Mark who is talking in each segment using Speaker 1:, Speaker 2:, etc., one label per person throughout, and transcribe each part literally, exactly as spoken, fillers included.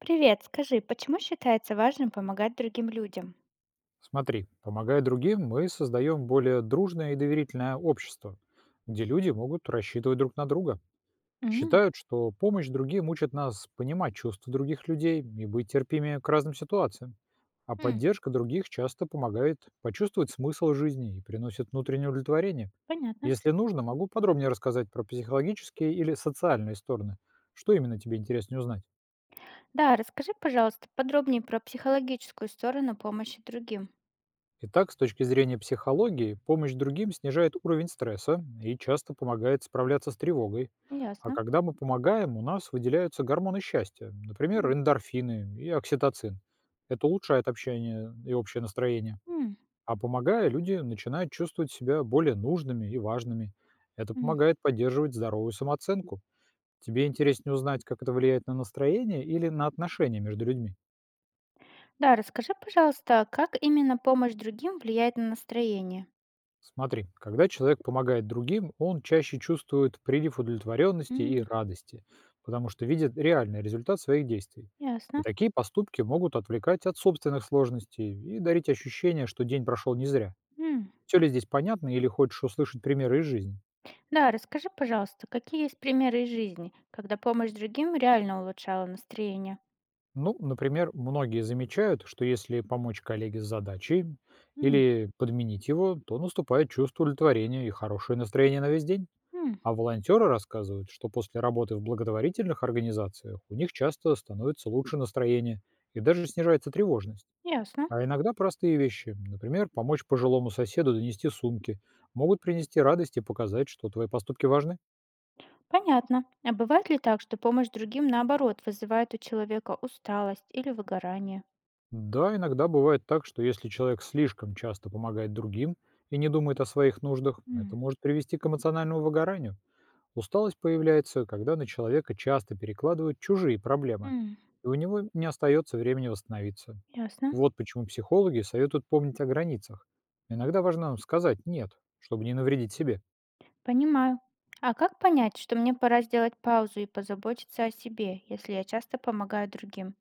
Speaker 1: Привет, скажи, почему считается важным помогать другим людям?
Speaker 2: Смотри, помогая другим, мы создаем более дружное и доверительное общество, где люди могут рассчитывать друг на друга.
Speaker 1: М,
Speaker 2: Считают, что помощь другим учит нас понимать чувства других людей и быть терпимее к разным ситуациям. А
Speaker 1: м,
Speaker 2: поддержка других часто помогает почувствовать смысл жизни и приносит внутреннее удовлетворение.
Speaker 1: понятно.
Speaker 2: Если нужно, могу подробнее рассказать про психологические или социальные стороны. Что именно тебе интереснее узнать?
Speaker 1: Да, расскажи, пожалуйста, подробнее про психологическую сторону помощи другим.
Speaker 2: Итак, с точки зрения психологии, помощь другим снижает уровень стресса и часто помогает справляться с тревогой. А
Speaker 1: Ясно.
Speaker 2: когда мы помогаем, у нас выделяются гормоны счастья, например,
Speaker 1: М,
Speaker 2: эндорфины и окситоцин. Это улучшает общение и общее настроение.
Speaker 1: м,
Speaker 2: А помогая, люди начинают чувствовать себя более нужными и важными. Это
Speaker 1: м,
Speaker 2: помогает поддерживать здоровую самооценку. Тебе интереснее узнать, как это влияет на настроение или на отношения между людьми?
Speaker 1: да, расскажи, пожалуйста, как именно помощь другим влияет на настроение.
Speaker 2: Смотри, когда человек помогает другим, он чаще чувствует прилив удовлетворенности и
Speaker 1: М,
Speaker 2: радости, потому что видит реальный результат своих действий. И
Speaker 1: Ясно.
Speaker 2: такие поступки могут отвлекать от собственных сложностей и дарить ощущение, что день прошел не зря.
Speaker 1: М,
Speaker 2: Все ли здесь понятно или хочешь услышать примеры из жизни?
Speaker 1: да, расскажи, пожалуйста, какие есть примеры из жизни, когда помощь другим реально улучшала настроение.
Speaker 2: Ну, например, многие замечают, что если помочь коллеге с задачей
Speaker 1: м,
Speaker 2: или подменить его, то наступает чувство удовлетворения и хорошее настроение на весь день.
Speaker 1: м,
Speaker 2: А волонтеры рассказывают, что после работы в благотворительных организациях у них часто становится лучше настроение и даже снижается тревожность.
Speaker 1: Ясно.
Speaker 2: А иногда простые вещи, например, помочь пожилому соседу донести сумки, могут принести радость и показать, что твои поступки важны.
Speaker 1: Понятно. А бывает ли так, что помощь другим, наоборот, вызывает у человека усталость или выгорание?
Speaker 2: Да, иногда бывает так, что если человек слишком часто помогает другим и не думает о своих нуждах, это
Speaker 1: М,
Speaker 2: может привести к эмоциональному выгоранию. Усталость появляется, когда на человека часто перекладывают чужие проблемы,
Speaker 1: м,
Speaker 2: и у него не остается времени восстановиться.
Speaker 1: Ясно.
Speaker 2: Вот почему психологи советуют помнить о границах. Иногда важно сказать «нет», чтобы не навредить себе.
Speaker 1: Понимаю. А как понять, что мне пора сделать паузу и позаботиться о себе, если я часто помогаю другим?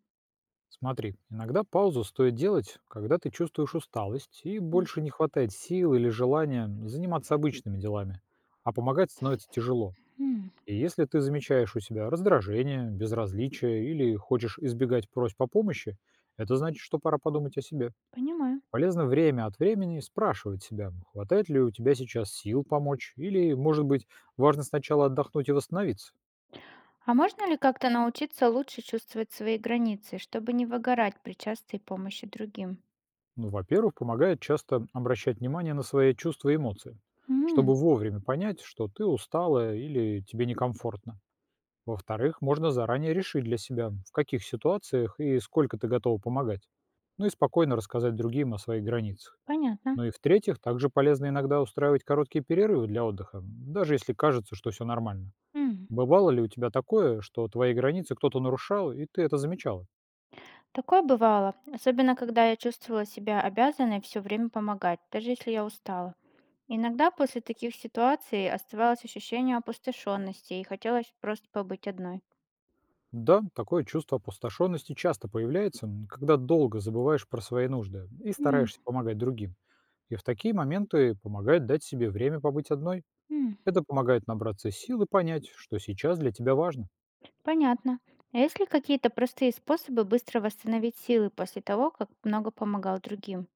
Speaker 2: Смотри, иногда паузу стоит делать, когда ты чувствуешь усталость и больше не хватает сил или желания заниматься обычными делами, а помогать становится тяжело.
Speaker 1: Мгм.
Speaker 2: И если ты замечаешь у себя раздражение, безразличие или хочешь избегать просьб о помощи, это значит, что пора подумать о себе.
Speaker 1: Понимаю.
Speaker 2: Полезно время от времени спрашивать себя, хватает ли у тебя сейчас сил помочь, или, может быть, важно сначала отдохнуть и восстановиться.
Speaker 1: А можно ли как-то научиться лучше чувствовать свои границы, чтобы не выгорать при частой помощи другим?
Speaker 2: Ну, во-первых, помогает часто обращать внимание на свои чувства и эмоции, чтобы
Speaker 1: М,
Speaker 2: вовремя понять, что ты устала или тебе некомфортно. Во-вторых, можно заранее решить для себя, в каких ситуациях и сколько ты готова помогать. Ну и спокойно рассказать другим о своих границах.
Speaker 1: понятно.
Speaker 2: Ну и в-третьих, также полезно иногда устраивать короткие перерывы для отдыха, даже если кажется, что все нормально.
Speaker 1: М.
Speaker 2: Бывало ли у тебя такое, что твои границы кто-то нарушал, и ты это замечала?
Speaker 1: Такое бывало, особенно когда я чувствовала себя обязанной все время помогать, даже если я устала. Иногда после таких ситуаций оставалось ощущение опустошенности и хотелось просто побыть одной.
Speaker 2: Да, такое чувство опустошенности часто появляется, м, когда долго забываешь про свои нужды и
Speaker 1: М,
Speaker 2: стараешься помогать другим. И в такие моменты помогает дать себе время побыть одной.
Speaker 1: м,
Speaker 2: Это помогает набраться сил и понять, что сейчас для тебя важно.
Speaker 1: Понятно. А есть ли какие-то простые способы быстро восстановить силы после того, как много помогал другим?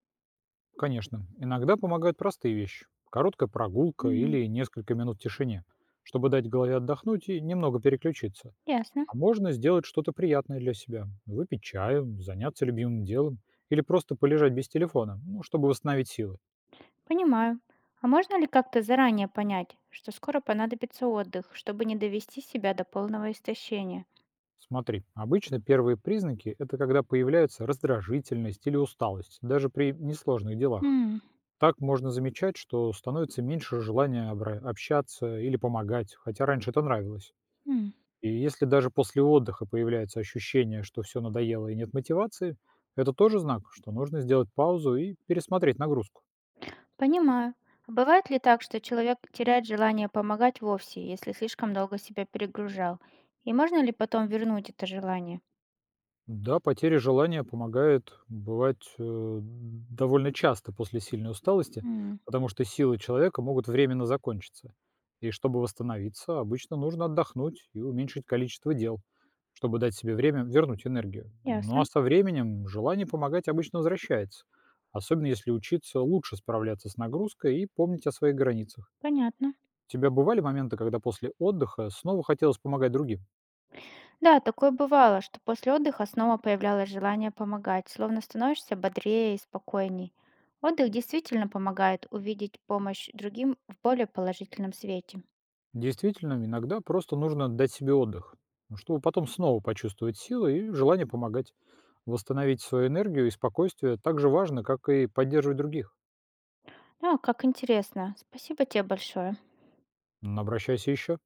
Speaker 2: Конечно, иногда помогают простые вещи. Короткая прогулка
Speaker 1: М,
Speaker 2: или несколько минут в тишине, чтобы дать голове отдохнуть и немного переключиться.
Speaker 1: Ясно.
Speaker 2: А можно сделать что-то приятное для себя. Выпить чаю, заняться любимым делом или просто полежать без телефона, ну, чтобы восстановить силы.
Speaker 1: Понимаю. А можно ли как-то заранее понять, что скоро понадобится отдых, чтобы не довести себя до полного истощения?
Speaker 2: Смотри, обычно первые признаки – это когда появляются раздражительность или усталость, даже при несложных делах.
Speaker 1: М,
Speaker 2: Так можно замечать, что становится меньше желания обра- общаться или помогать, хотя раньше это нравилось.
Speaker 1: м.
Speaker 2: И если даже после отдыха появляется ощущение, что все надоело и нет мотивации, это тоже знак, что нужно сделать паузу и пересмотреть нагрузку.
Speaker 1: Понимаю. А бывает ли так, что человек теряет желание помогать вовсе, если слишком долго себя перегружал? И можно ли потом вернуть это желание?
Speaker 2: Да, потеря желания помогает бывать, э, довольно часто после сильной усталости,
Speaker 1: М,
Speaker 2: потому что силы человека могут временно закончиться. И чтобы восстановиться, обычно нужно отдохнуть и уменьшить количество дел, чтобы дать себе время вернуть энергию. Ну а
Speaker 1: ясно,
Speaker 2: со временем желание помогать обычно возвращается, особенно если учиться лучше справляться с нагрузкой и помнить о своих границах.
Speaker 1: понятно.
Speaker 2: У тебя бывали моменты, когда после отдыха снова хотелось помогать другим?
Speaker 1: Да, такое бывало, что после отдыха снова появлялось желание помогать, словно становишься бодрее и спокойней. Отдых действительно помогает увидеть помощь другим в более положительном свете.
Speaker 2: Действительно, иногда просто нужно дать себе отдых, ну, чтобы потом снова почувствовать силы и желание помогать. Восстановить свою энергию и спокойствие так же важно, как и поддерживать других.
Speaker 1: А, как интересно. Спасибо тебе большое.
Speaker 2: Но обращайся еще.